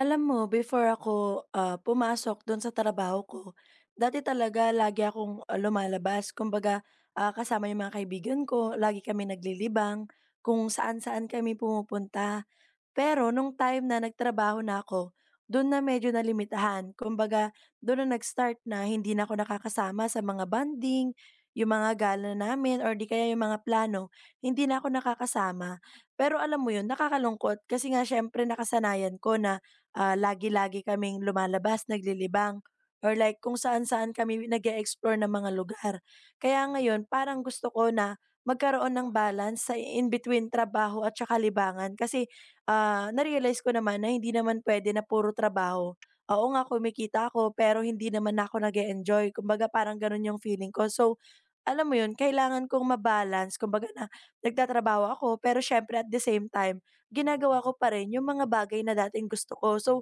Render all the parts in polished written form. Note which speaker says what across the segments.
Speaker 1: Alam mo before ako, pumasok dun sa trabaho ko, dati talaga lagi akong, lumalabas kumbaga, kasama yung mga kaibigan ko, lagi kami naglilibang, kung saan-saan kami pumupunta. Pero nung time na nagtrabaho na ako, dun na medyo nalimitahan. Kumbaga, dun na nag-start na hindi na ako nakakasama sa mga banding, yung mga gala namin or di kaya yung mga plano, hindi na ako nakakasama. Pero alam mo yun, nakakalungkot kasi nga syempre nakasanayan ko na lagi-lagi kaming lumalabas, naglilibang or like kung saan-saan kami nag explore ng mga lugar. Kaya ngayon, parang gusto ko na magkaroon ng balance sa in between trabaho at saka libangan kasi na-realize ko naman na hindi naman puwede na puro trabaho. Oo nga kumikita ako pero hindi naman ako nag enjoy kumbaga parang gano'n yung feeling ko. So, alam mo 'yun, kailangan kong ma-balance kumbaga na nagtatrabaho ako, pero siyempre at the same time, ginagawa ko pa rin 'yung mga bagay na dating gusto ko. So,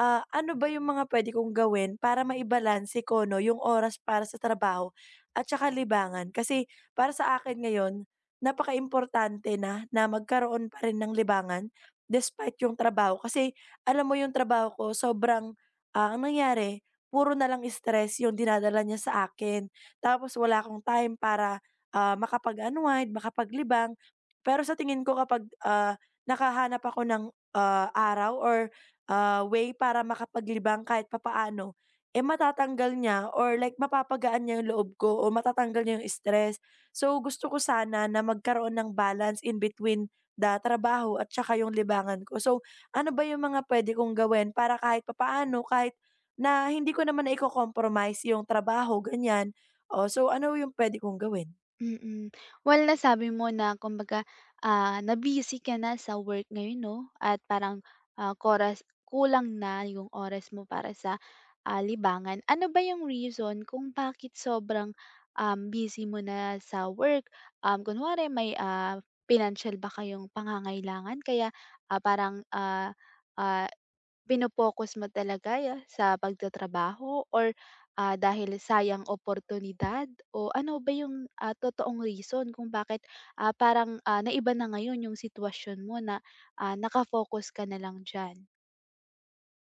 Speaker 1: ano ba 'yung mga pwede kong gawin para maibalanse ko 'no, 'yung oras para sa trabaho at saka libangan? Kasi para sa akin ngayon, napaka importante na na magkaroon pa rin ng libangan despite 'yung trabaho. Kasi alam mo 'yung trabaho ko sobrang, ang nangyari puro na lang stress 'yung dinadala niya sa akin. Tapos wala akong time para, makapag-unwind, makapaglibang. Pero sa tingin ko kapag, nakahanap ako ng, araw or, way para makapaglibang kahit papaano, eh, matatanggal niya or like mapapagaan niya yung loob ko o matatanggal niya yung stress. So, gusto ko sana na magkaroon ng balance in between the trabaho at tsaka yung libangan ko. So, ano ba yung mga puwede kong gawin para kahit papaano, kahit na hindi ko naman naiko-compromise yung trabaho, ganyan. Oh, so ano yung puwede kong gawin?
Speaker 2: Mm. Well, nasabi mo na kumbaga, na-busy ka na sa work ngayon 'no, at parang, oras kulang na yung oras mo para sa, libangan. Ano ba yung reason kung bakit sobrang, busy mo na sa work? Kunwari may, financial ba kayong pangangailangan kaya, parang, ah focus mo talaga ya sa pagtatrabaho or, dahil sayang oportunidad o ano ba yung, totoong reason kung bakit, parang, naiba na ngayon yung sitwasyon mo na, naka ka na lang diyan?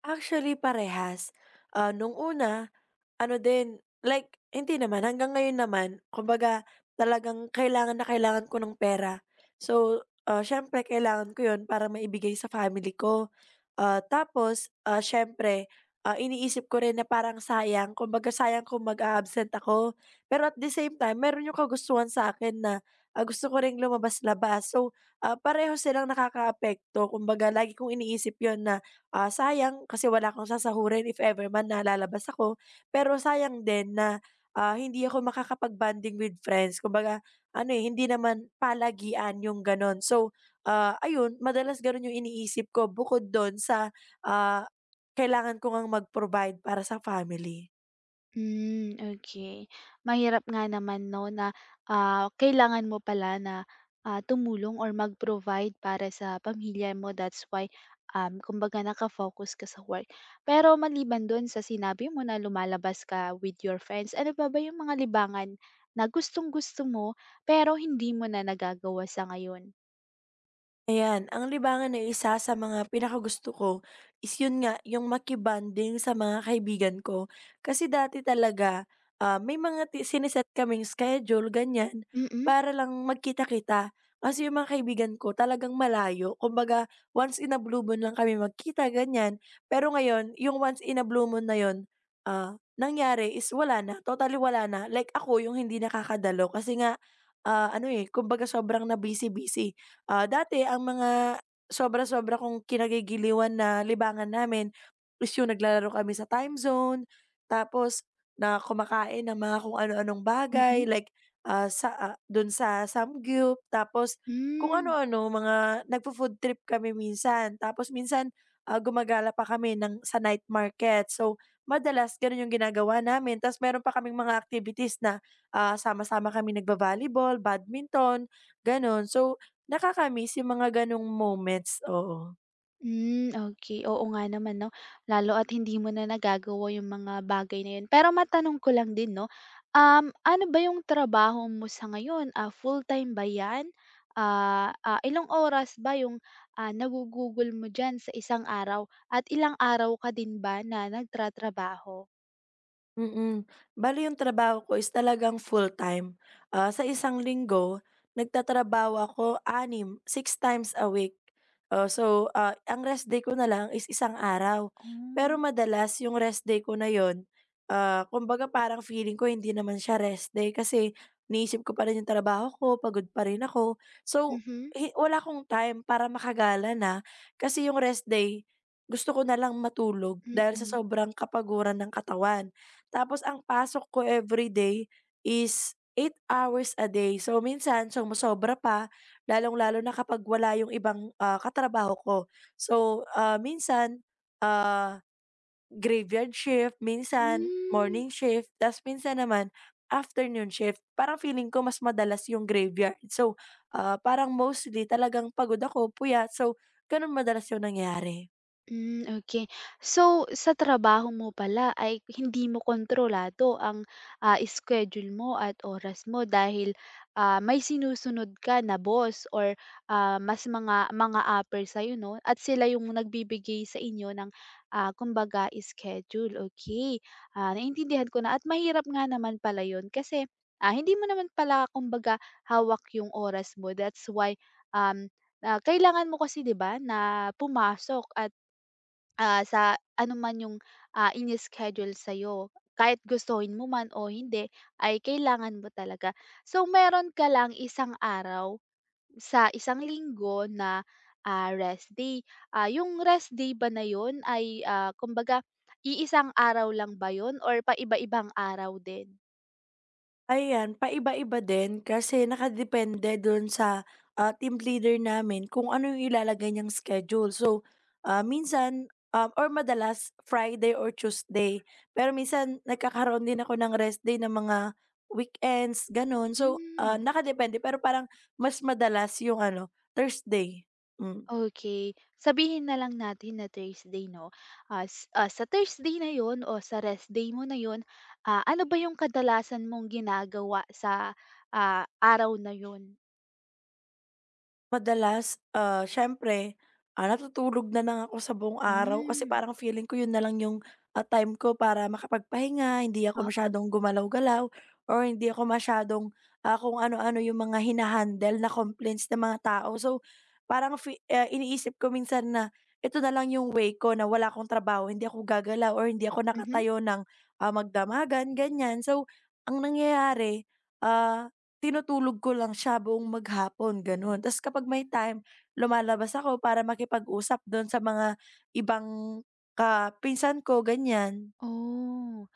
Speaker 1: Actually parehas. Ah, nung una, ano din, like hindi naman, hanggang ngayon naman kumbaga talagang kailangan na kailangan ko ng pera. So, siyempre kailangan ko 'yun para maibigay sa family ko. Ah, tapos, siyempre, iniisip ko rin na parang sayang, kumbaga sayang kung mag-a-absent ako. Pero at the same time, meron yung kagustuhan sa akin na, gusto ko ring lumabas-labas. So, pareho silang nakakaapekto. Kumbaga lagi kong iniisip yon na, sayang kasi wala akong sasahurin if ever man nalalabas ako. Pero sayang din na, hindi ako makakapag-bonding with friends. Kumbaga ano, eh, hindi naman palagian yung gano'n. So, ah, ayun madalas gano'n yung iniisip ko bukod dun sa, ah, kailangan ko ngang mag-provide para sa family.
Speaker 2: Hmm, okay. Mahirap nga naman 'no na, kailangan mo pala na, tumulong or mag-provide para sa pamilya mo. That's why, kumbaga naka-focus ka sa work. Pero maliban doon sa sinabi mo na lumalabas ka with your friends, ano pa ba yung mga libangan na gustong-gusto mo pero hindi mo na nagagawa sa ngayon?
Speaker 1: Ayan, ang libangan na isa sa mga pinakagusto ko is yun nga, yung makibanding sa mga kaibigan ko. Kasi dati talaga, may mga sine-set kaming schedule, ganyan,
Speaker 2: Mm,
Speaker 1: para lang magkita-kita. Kasi yung mga kaibigan ko talagang malayo. Kumbaga, once in a blue moon lang kami magkita, ganyan. Pero ngayon, yung once in a blue moon na yun, nangyari is wala na, totally wala na. Like ako, yung hindi nakakadalo kasi nga, ano eh, kumbaga sobrang na busy-busy. Ah, dati ang mga sobra-sobra kong kinagigiliwan na libangan namin is yung naglalaro kami sa time zone, tapos na kumakain ng mga kung ano-anong bagay
Speaker 2: mm,
Speaker 1: like, sa, dun sa Samgyup, tapos kung
Speaker 2: hmm.
Speaker 1: ano-ano, mga nagfo-food trip kami minsan. Tapos minsan, gumagala pa kami ng sa night market. So, madalas ganun yung ginagawa namin. Tapos meron pa kaming mga activities na, sama-sama kami nagba-volleyball, badminton, gano'n. So nakaka-miss yung mga gano'ng moments, oo.
Speaker 2: Hmm, okay. Oo nga naman 'no, lalo at hindi mo na nagagawa yung mga bagay na yun. Pero matanong ko lang din 'no, ano ba yung trabaho mo sa ngayon? Ah, full-time ba yan? Ilang oras ba yung, nagugugol mo diyan sa isang araw at ilang araw ka din ba na nagtratrabaho?
Speaker 1: Mm. Bale yung trabaho ko is talagang full-time. Ah, sa isang linggo, nagtatrabaho ako six times a week. Oh, so, ang rest day ko na lang is isang araw. Pero
Speaker 2: Oh.
Speaker 1: madalas yung rest day ko na yon kumbaga parang feeling ko hindi naman siya rest day kasi iniisip ko pa rin yung trabaho ko, pagod pa rin ako. So,
Speaker 2: Mhm.
Speaker 1: wala akong time para makagala na kasi yung rest day, gusto ko na lang matulog
Speaker 2: Mm-mm,
Speaker 1: dahil sa
Speaker 2: mm.
Speaker 1: sobrang kapaguran ng katawan. Tapos ang pasok ko everyday is eight hours a day. So minsan sumosobra pa, lalong-lalo na kapag wala yung ibang, katrabaho ko. So, ah, graveyard shift, minsan
Speaker 2: Hmm.
Speaker 1: morning shift, ta's minsan naman afternoon shift. Parang feeling ko mas madalas yung graveyard. So, parang mostly talagang pagod ako, puyat. So, gano'n madalas yung nangyari.
Speaker 2: Hmm, okay. So, sa trabaho mo pala ay hindi mo kontrolado ang, schedule mo at oras mo dahil, may sinusunod ka na boss or, mas mga upper sa'yo 'no at sila yung nagbibigay sa inyo ng, kumbaga schedule. Okay. Ah, naintindihan ko na at mahirap nga naman pala yon kasi, hindi mo naman pala kumbaga hawak yung oras mo, that's why, um, kailangan mo kasi 'di ba na pumasok at, ah, sa ano man yung, ini-schedule sa'yo. Kahit gustuhin mo man o hindi ay kailangan mo talaga. So, meron ka lang isang araw sa isang linggo na, rest day. Ah, yung rest day ba na yun ay, kumbaga iisang araw lang ba yun or paiba-ibang araw din?
Speaker 1: Ayan, paiba-iba din kasi nakadepende dun sa, team leader namin kung ano yung ilalagay niyang schedule. So, or madalas Friday or Tuesday. Pero minsan nagkakaroon din ako ng rest day ng mga weekends, gano'n. So,
Speaker 2: Hmm.
Speaker 1: nakadepende pero parang mas madalas yung ano, Thursday. Hmm.
Speaker 2: Okay, sabihin na lang natin na Thursday 'no, sa Thursday na 'yon o sa rest day mo na 'yon, ano ba yung kadalasan mong ginagawa sa, araw na 'yon?
Speaker 1: Madalas, siyempre, natutulog na lang ako sa buong araw kasi
Speaker 2: Hmm,
Speaker 1: parang feeling ko yun na lang yung, time ko para makapagpahinga, hindi ako
Speaker 2: oo.
Speaker 1: masyadong gumalaw-galaw or hindi ako masyadong, kung ano-ano yung mga hinahandle, na complaints ng mga tao. So, iniisip ko minsan na ito na lang yung way ko na wala akong trabaho, hindi ako gagalaw or hindi ako
Speaker 2: Mhm.
Speaker 1: nakatayo ng, magdamagan, ganyan. So, ang nangyayari, ah tinutulog ko lang siya buong maghapon, gano'n. Tapos kapag may time, lumalabas ako para makipag-usap do'n sa mga ibang kapinsan ko, ganyan.
Speaker 2: Oh.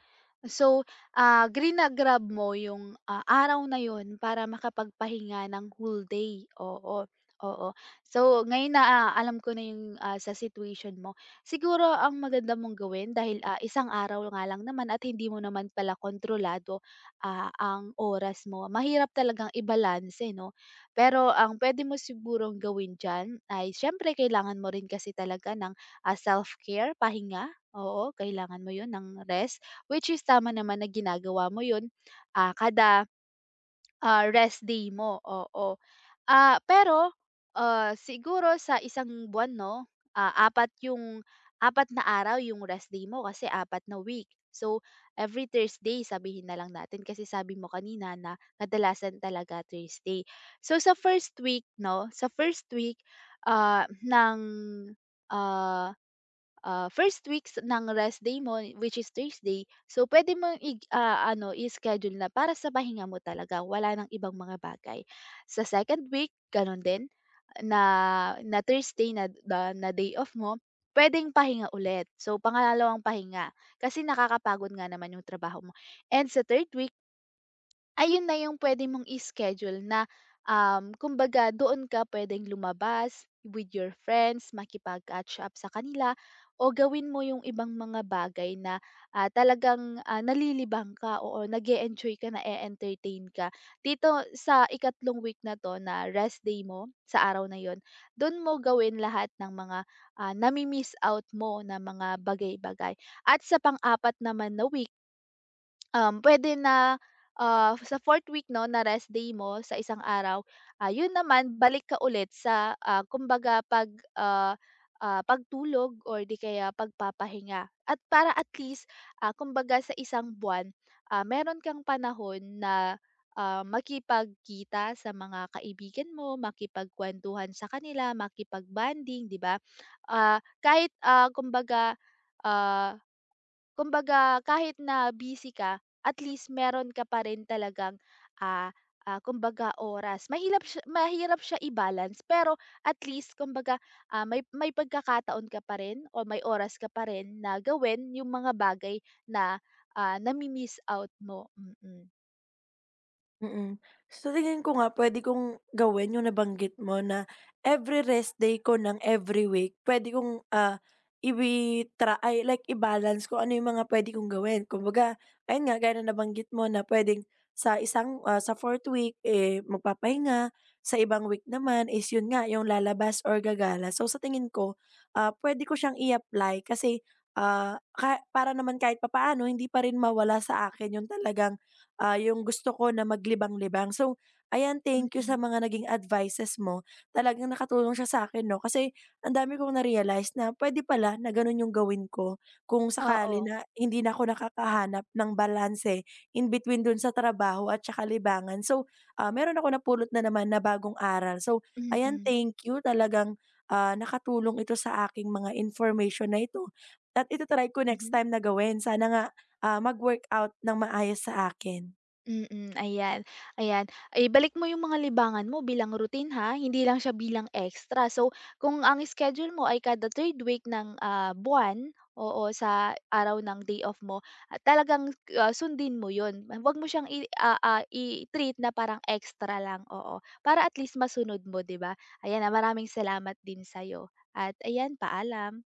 Speaker 2: So, grina-grab mo yung, araw na yon para makapagpahinga ng whole day, oo, oo. So, ngayon na, alam ko na yung, sa situation mo. Siguro ang maganda mong gawin dahil, isang araw nga lang naman at hindi mo naman pala kontrolado, ang oras mo. Mahirap talagang ibalanse 'no? Pero ang pwede mo sigurong gawin diyan ay siyempre kailangan mo rin kasi talaga ng, self-care, pahinga, oo, kailangan mo yun ng rest. Which is tama naman na ginagawa mo 'yun, kada, rest day mo, oo. Ah, pero, siguro sa isang buwan 'no, apat 'yung apat na araw 'yung rest day mo kasi apat na week. So, every Thursday sabihin na lang natin kasi sabi mo kanina na kadalasan talaga Thursday. So, sa first week 'no, sa first week, ah, ng, ah first weeks ng rest day mo, which is Thursday, so pwede mo i ano, i-schedule na para sa pahinga mo talaga, wala ng ibang mga bagay. Sa second week, gano'n din, na na Thursday na na na day off mo, pwedeng pahinga ulit. So, pangalawang pahinga, kasi nakakapagod nga naman yung trabaho mo. And sa third week ayun na yung pwede mong i-schedule na, kumbaga doon ka puwedeng lumabas with your friends, makipag-catch up sa kanila o gawin mo yung ibang mga bagay na, talagang, nalilibang ka, o nag enjoy ka, na-e-entertain ka. Dito sa ikatlong week na 'to na rest day mo sa araw na yon, dun mo gawin lahat ng mga, nami-miss out mo na mga bagay-bagay. At sa pang-apat naman na week, pwede na, sa fourth week 'no na rest day mo sa isang araw, yun naman balik ka ulit sa, kumbaga pag, pagtulog or di kaya pagpapahinga. At para at least, kumbaga sa isang buwan, meron kang panahon na, makipagkita sa mga kaibigan mo, makipagkuwentuhan sa kanila, makipagbanding di ba? Ah, kahit, kumbaga, ah kumbaga kahit na busy ka, at least meron ka pa rin talagang, ah, kumbaga oras. Mahirap siya i-balance pero at least kumbaga, may pagkakataon ka pa rin o may oras ka pa rin na gawin yung mga bagay na, nami-miss out mo. Mm.
Speaker 1: Mm. So tingin ko nga puwede kong gawin yung nabanggit mo na every rest day ko ng every week puwede kong, ah, iwi-tra ay like i-balance kung ano yung mga puwede kong gawin. Kumbaga ayun nga, gaya na nabanggit mo na puwedeng sa isang, sa fourth week, eh, magpapahinga, sa ibang week naman is yun nga yung lalabas or gagala. So sa tingin ko, puwede ko siyang i-apply kasi, ah, ka para naman kahit papaano hindi pa rin mawala sa akin yung talagang yung gusto ko na maglibang-libang. So, ayan, thank you
Speaker 2: Mm.
Speaker 1: sa mga naging advices mo. Talagang nakatulong siya sa akin 'no, kasi ang dami kong na-realize na pwede pala na gano'n yung gawin ko kung
Speaker 2: Oo.
Speaker 1: sakali na hindi na ako nakakahanap ng balanse in between dun sa trabaho at tsaka libangan. So, meron ako napulot na naman na bagong aral. So, ayan,
Speaker 2: Mm.
Speaker 1: thank you talagang, nakatulong ito sa aking mga information na ito at ita-try ko next
Speaker 2: Mhm.
Speaker 1: time na gawin. Sana nga, mag-workout ng maayos sa akin.
Speaker 2: Mm, ayan, ayan. Ay, balik mo yung mga libangan mo bilang routine ha, hindi lang siya bilang extra. So, kung ang schedule mo ay kada third week ng buwan, oo, sa araw ng day off mo, talagang sundin mo yun. Huwag mo siyang i-treat na parang extra lang, oo. Para at least masunod mo, di ba? Ayan, ah, maraming salamat din sa'yo. At ayan, paalam.